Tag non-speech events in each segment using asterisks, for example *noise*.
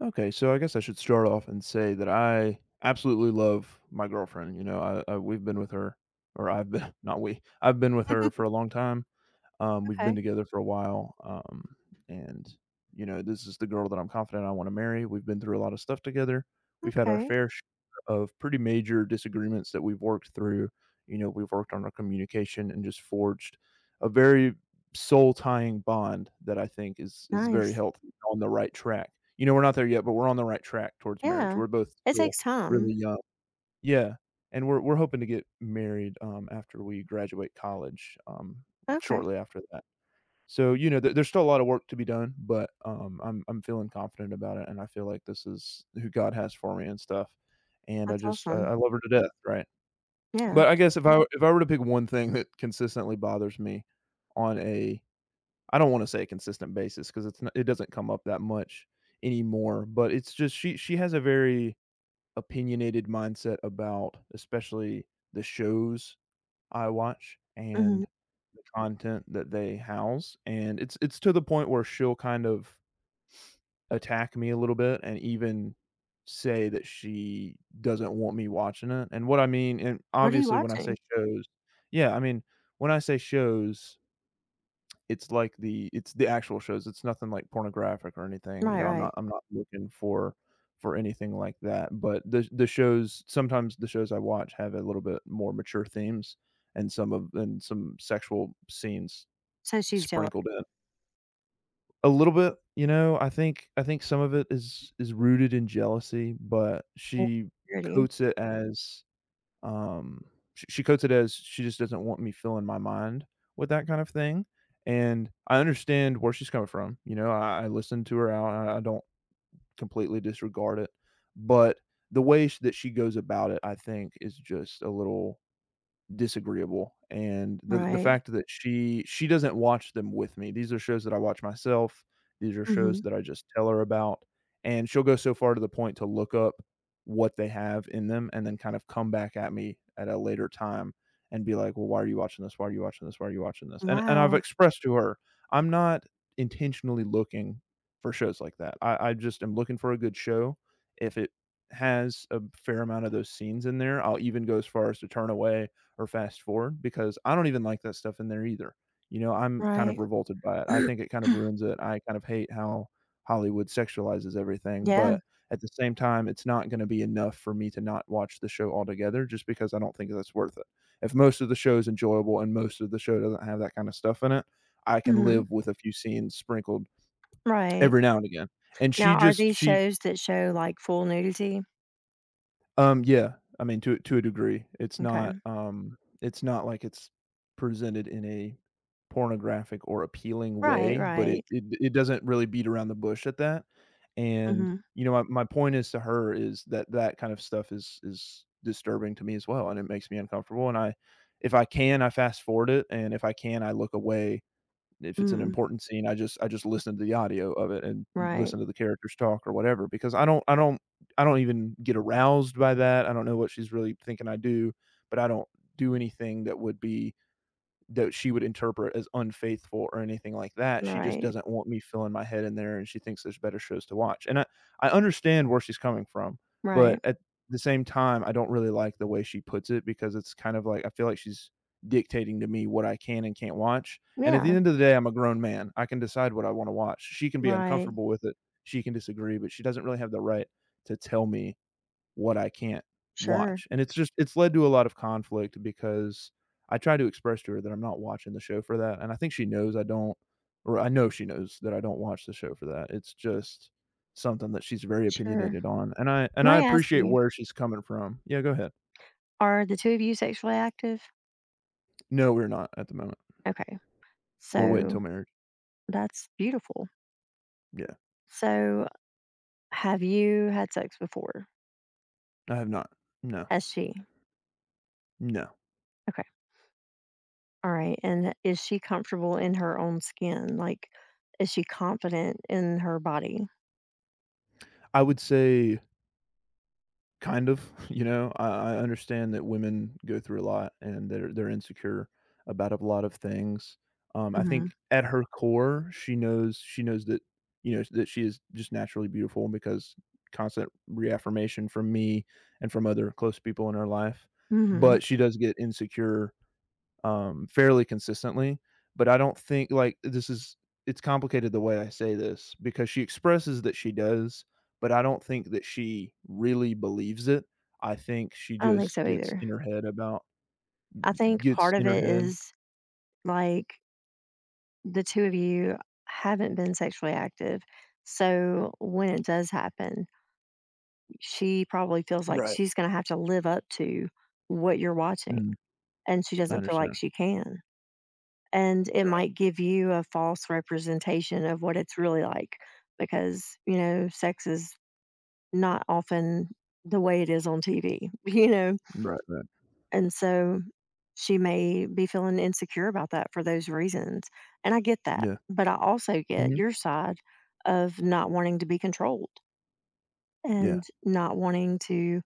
Okay, so I guess I should start off and say that I absolutely love my girlfriend. You know, I we've been with her, or I've been *laughs* not we, I've been with her for a *laughs* long time. We've been Okay. together for a while, and, you know, this is the girl that I'm confident I wanna marry. We've been through a lot of stuff together. We've had our Okay. fair share of pretty major disagreements that we've worked through. You know, we've worked on our communication and just forged a very soul-tying bond that I think is very Nice. healthy, on the right track. You know, we're not there yet, but we're on the right track towards marriage. Yeah. We're both It still takes really time. young. Yeah, and we're hoping to get married, after we graduate college, Okay. shortly after that. So, you know, there's still a lot of work to be done, but, I'm feeling confident about it, and I feel like this is who God has for me and stuff, and I That's just awesome. I love her to death, right? Yeah. But I guess if I were to pick one thing that consistently bothers me on a I don't wanna say a consistent basis because it doesn't come up that much anymore, but it's just she has a very opinionated mindset about especially the shows I watch Hmm. and the content that they house, and it's to the point where she'll kind of attack me a little bit and even say that she doesn't want me watching it, and what I mean and What are you obviously, when I say watching? shows Yeah, I mean, when I say shows, it's like the it's the actual shows, it's nothing, like, pornographic or anything, you Right, know, I'm not right. I'm not looking for anything like that, but the shows sometimes the shows I watch have a little bit more mature themes and some sexual scenes So she's jealous. sprinkled in. A little bit, you know, I think some of it is rooted in jealousy, but Of she security. coats it as um she codes it as she just doesn't want me filling my mind with that kind of thing, and I understand where she's coming from. You know, I listened to her out. I don't completely disregard it, but the way that she goes about it I think is just a little disagreeable, and the Right. fact that she doesn't watch them with me. These are shows that I watch myself. These are shows Hmm. that I just tell her about, and she'll go so far to the point to look up what they have in them and then kind of come back at me at a later time and be like, "Well, why are you watching this? Why are you watching this? Why are you watching this?" And I've Wow. expressed to her, I'm not intentionally looking for shows like that. I just am looking for a good show. If it has a fair amount of those scenes in there, I'll even go as far as to turn away or fast forward because I don't even like that stuff in there either. You know, I'm kind of Right. revolted by it. I think *clears throat* it kind of ruins it. I kind of hate how Hollywood sexualizes everything, Yeah. but at the same time, it's not gonna be enough for me to not watch the show altogether just because I don't think that's worth it. If most of the show is enjoyable and most of the show doesn't have that kind of stuff in it, I can Hmm. live with a few scenes sprinkled Right. every now and again. And she Now, are just these she shows that show like full nudity? Yeah, I mean, to a degree, Okay. It's not like it's presented in a pornographic or appealing Right, way, but it right. it it doesn't really beat around the bush at that, and, Hmm. you know, my point is to her is that that kind of stuff is disturbing to me as well, and it makes me uncomfortable, and I if I can, I fast forward it, and if I can, I look away if it's an Mm. important scene, I just listen to the audio of it and Right, listen to the characters talk or whatever because I don't even get aroused by that. I don't know what she's really thinking I do, but I don't do anything that would be that she would interpret as unfaithful or anything like that. She just right, doesn't want me filling my head in there, and she thinks there's better shows to watch. And I understand where she's coming from, but right. at the same time, I don't really like the way she puts it because it's kind of like I feel like she's dictating to me what I can and can't watch. And at the Yeah. end of the day, I'm a grown man. I can decide what I want to watch. She can be Right. uncomfortable with it. She can disagree, but she doesn't really have the right to tell me what I can't Sure. watch. And it's just it's led to a lot of conflict because I try to express to her that I'm not watching the show for that, and I think she knows I don't or I know she knows that I don't watch the show for that. It's just something that she's very Sure. opinionated on, and I and Let I me ask appreciate you, where she's coming from. Yeah, go ahead. are the two of you sexually active? No, we're not at the moment. Okay. We're waiting So till marriage. that's beautiful. Yeah. So have you had sex before? I have not. No. Has she? No. Okay. All right. And is she comfortable in her own skin? Like, is she confident in her body? I would say kind of, *laughs* you know, I understand that women go through a lot and they're insecure about a lot of things. I Hmm. think at her core, she knows that, you know, that she is just naturally beautiful because constant reaffirmation from me and from other close people in her life, but Hmm. she does get insecure fairly consistently. But I don't think like this is it's complicated the way I say this because she expresses that she does, but I don't think that she really believes it. I think she I don't think just so gets either. in her head about I think gets part in of her it head. is like the two of you haven't been sexually active. So when it does happen, she probably feels like Right. she's going to have to live up to what you're watching. Mm, And she I doesn't feel like understand. she can. And it Right. might give you a false representation of what it's really like, because sex is not often the way it is on TV. *laughs* Right, right. And so she may be feeling insecure about that for those reasons, and I get that, Yeah. but I also get Mhm. your side of not wanting to be controlled Yeah. and not wanting to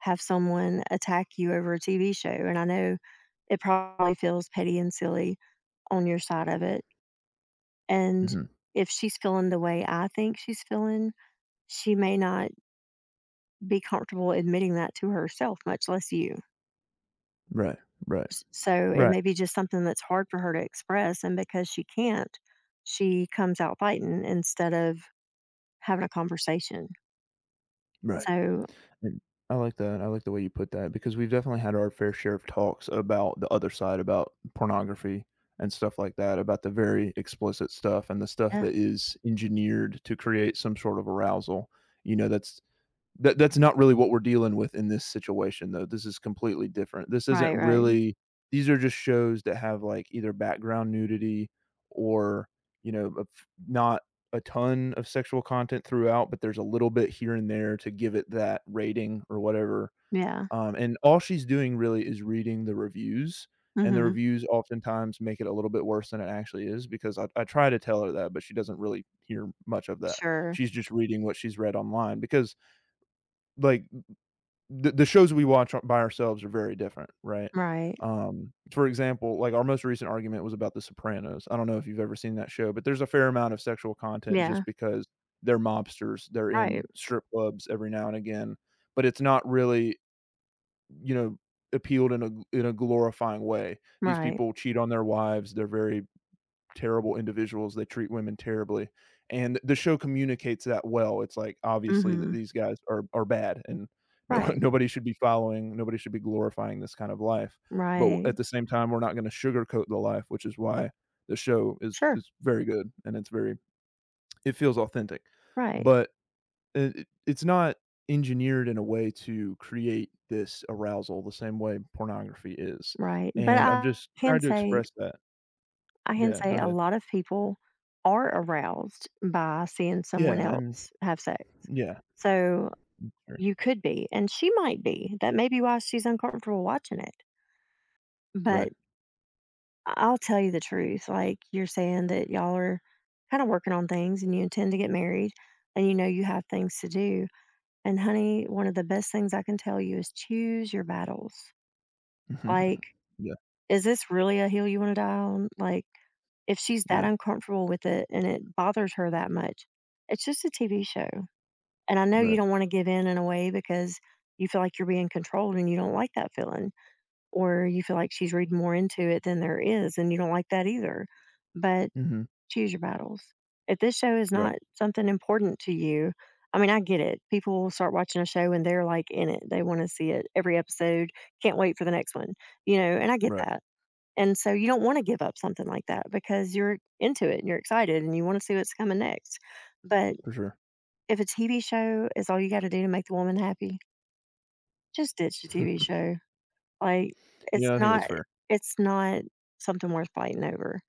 have someone attack you over a TV show. And I know it probably feels petty and silly on your side of it. And Mhm. if she's feeling the way I think she's feeling, she may not be comfortable admitting that to herself, much less you. Right, right, So it right, may be just something that's hard for her to express. And because she can't, she comes out fighting instead of having a conversation. right. So, Mm, I like that, I like the way you put that because we've definitely had our fair share of talks about the other side, about pornography and stuff like that, about the very explicit stuff and the stuff yeah, that is engineered to create some sort of arousal, you know, that's that's not really what we're dealing with in this situation, though. This is completely different. This isn't right, right. really these are just shows that have, like, either background nudity or, you know, of not a ton of sexual content throughout, but there's a little bit here and there to give it that rating or whatever, Yeah. And all she's doing really is reading the reviews, and the Hmm. reviews oftentimes make it a little bit worse than it actually is because I try to tell her that, but she doesn't really hear much of that. Sure. She's just reading what she's read online because, like, the shows we watch by ourselves are very different, right? Right. For example, like, our most recent argument was about The Sopranos. I don't know if you've ever seen that show, but there's a fair amount of sexual content Yeah. just because they're mobsters, they're in Right. strip clubs every now and again, but it's not really, you know, appealed in a glorifying way. These Right. people cheat on their wives, they're very terrible individuals. They treat women terribly, and the show communicates that well. It's like obviously that Hmm. these guys are bad, and no *laughs* Right. nobody should be following, nobody should be glorifying this kind of life. But Right. at the same time, we're not gonna sugarcoat the life, which is why the show is Sure. is very good and it's very it feels authentic. Right. But it's not engineered in a way to create this arousal the same way pornography is, Right. But and I've I just can tried to say express that. I can Yeah, go say a ahead. lot of people are aroused by seeing someone Yeah, and else have sex. yeah. So Sure. you could be, and she might be. That may be why she's uncomfortable watching it. Right. But I will tell you the truth. Like, you're saying that y'all are kind of working on things and you intend to get married, and you know you have things to do. And honey, one of the best things I can tell you is choose your battles. Like, *laughs* Yeah, is this really a hill you want to die on? Like, if she's that yeah, uncomfortable with it and it bothers her that much, it's just a TV show. And I know you right. don't wanna give in a way, because you feel like you're being controlled and you don't like that feeling, or you feel like she's reading more into it than there is, and you don't like that either. But Mhm. choose your battles. If this show is Right, not something important to you. I mean, I get it. People will start watching a show and they're, like, in it. They wanna see it every episode, can't wait for the next one, and I get right, that. And so you don't want to give up something like that because you're into it and you're excited and you want to see what's coming next. But for sure. if a TV show is all you got to do to make the woman happy, just ditch the TV *laughs* show. Like, it's Yeah, I think that's not fair. it's not something worth fighting over.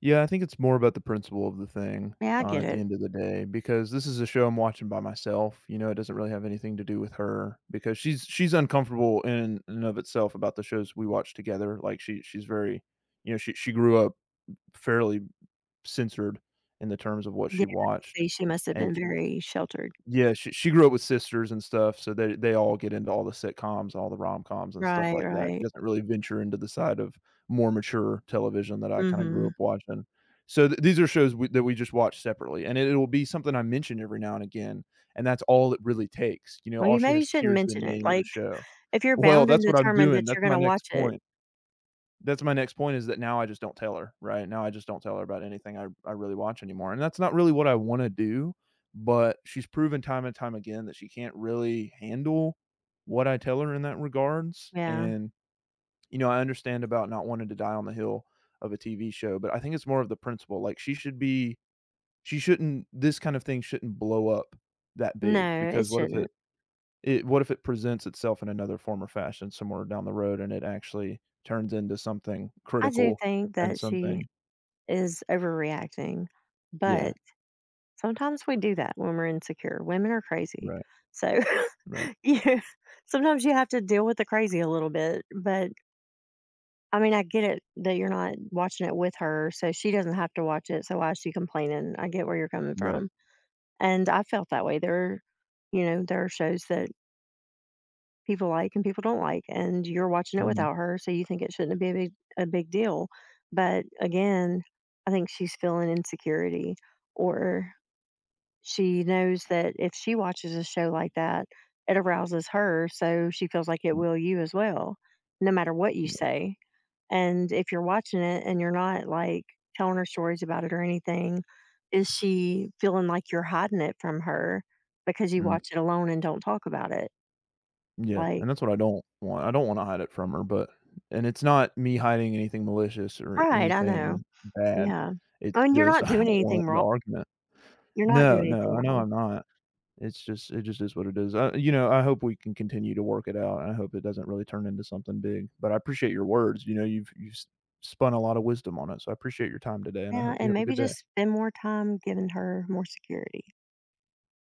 Yeah, I think it's more about the principle of the thing, Yeah, I get at the it. end of the day, because this is a show I'm watching by myself, you know, it doesn't really have anything to do with her because she's uncomfortable in and of itself about the shows we watch together, like, she she's very you know, she grew up fairly censored in the terms of what Yeah, she I could watched, see she must have and been very sheltered. yeah, she grew up with sisters and stuff, so they all get into all the sitcoms, all the rom-coms and stuff Right, like that. She right. doesn't really venture into the side of more mature television that I kinda grew up Mhm. watching. So, th these are shows we that we just watch separately, and it'll be something I mention every now and again, and that's all it really takes, you know, Well, all you she maybe has to hear shouldn't is the mention it. name of the Like, show. if you're Well, bound and that's what I'm determined doing, that you're that's going my to next watch it. point. That's my next point is that now I just don't tell her, right? Now I just don't tell her about anything I really watch anymore, and that's not really what I wanna do, but she's proven time and time again that she can't really handle what I tell her in that regards, Yeah. and, you know, I understand about not wanting to die on the hill of a TV show, but I think it's more of the principle, like, she should be she shouldn't this kind of thing shouldn't blow up that big No, it because what if it shouldn't. it what if it presents itself in another form or fashion somewhere down the road and it actually turns into something I do critical think and that she something. is overreacting, but Yeah. sometimes we do that when we're insecure. Women are crazy. Right, So, right, *laughs* you sometimes you have to deal with the crazy a little bit. But I mean, I get it that you're not watching it with her, so she doesn't have to watch it, so why is she complaining? I get where you're coming right. from, and I felt that way. There are shows that people like and people don't like, and you're watching it Mhm, without her, so you think it shouldn't be a big deal. But again, I think she's feeling insecurity, or she knows that if she watches a show like that, it arouses her, so she feels like it mm, will you as well, no matter what you yeah, say, and if you're watching it and you're not, like, telling her stories about it or anything, is she feeling like you're hiding it from her because you mm, watch it alone and don't talk about it? yeah, and Like. that's what I don't want. I don't wanna hide it from her, but and it's not me hiding anything malicious or Right, I know. anything bad. Yeah. It's I mean, you're just *laughs* not I doing don't want anything the wrong. argument. You're not No, doing no, anything I know wrong. I'm not. It's just it just is what it is. I you know, I hope we can continue to work it out, I hope it doesn't really turn into something big, but I appreciate your words, you know, you've spun a lot of wisdom on it, so I appreciate your time today, and I Yeah, hope you and have a maybe good just day. spend more time giving her more security.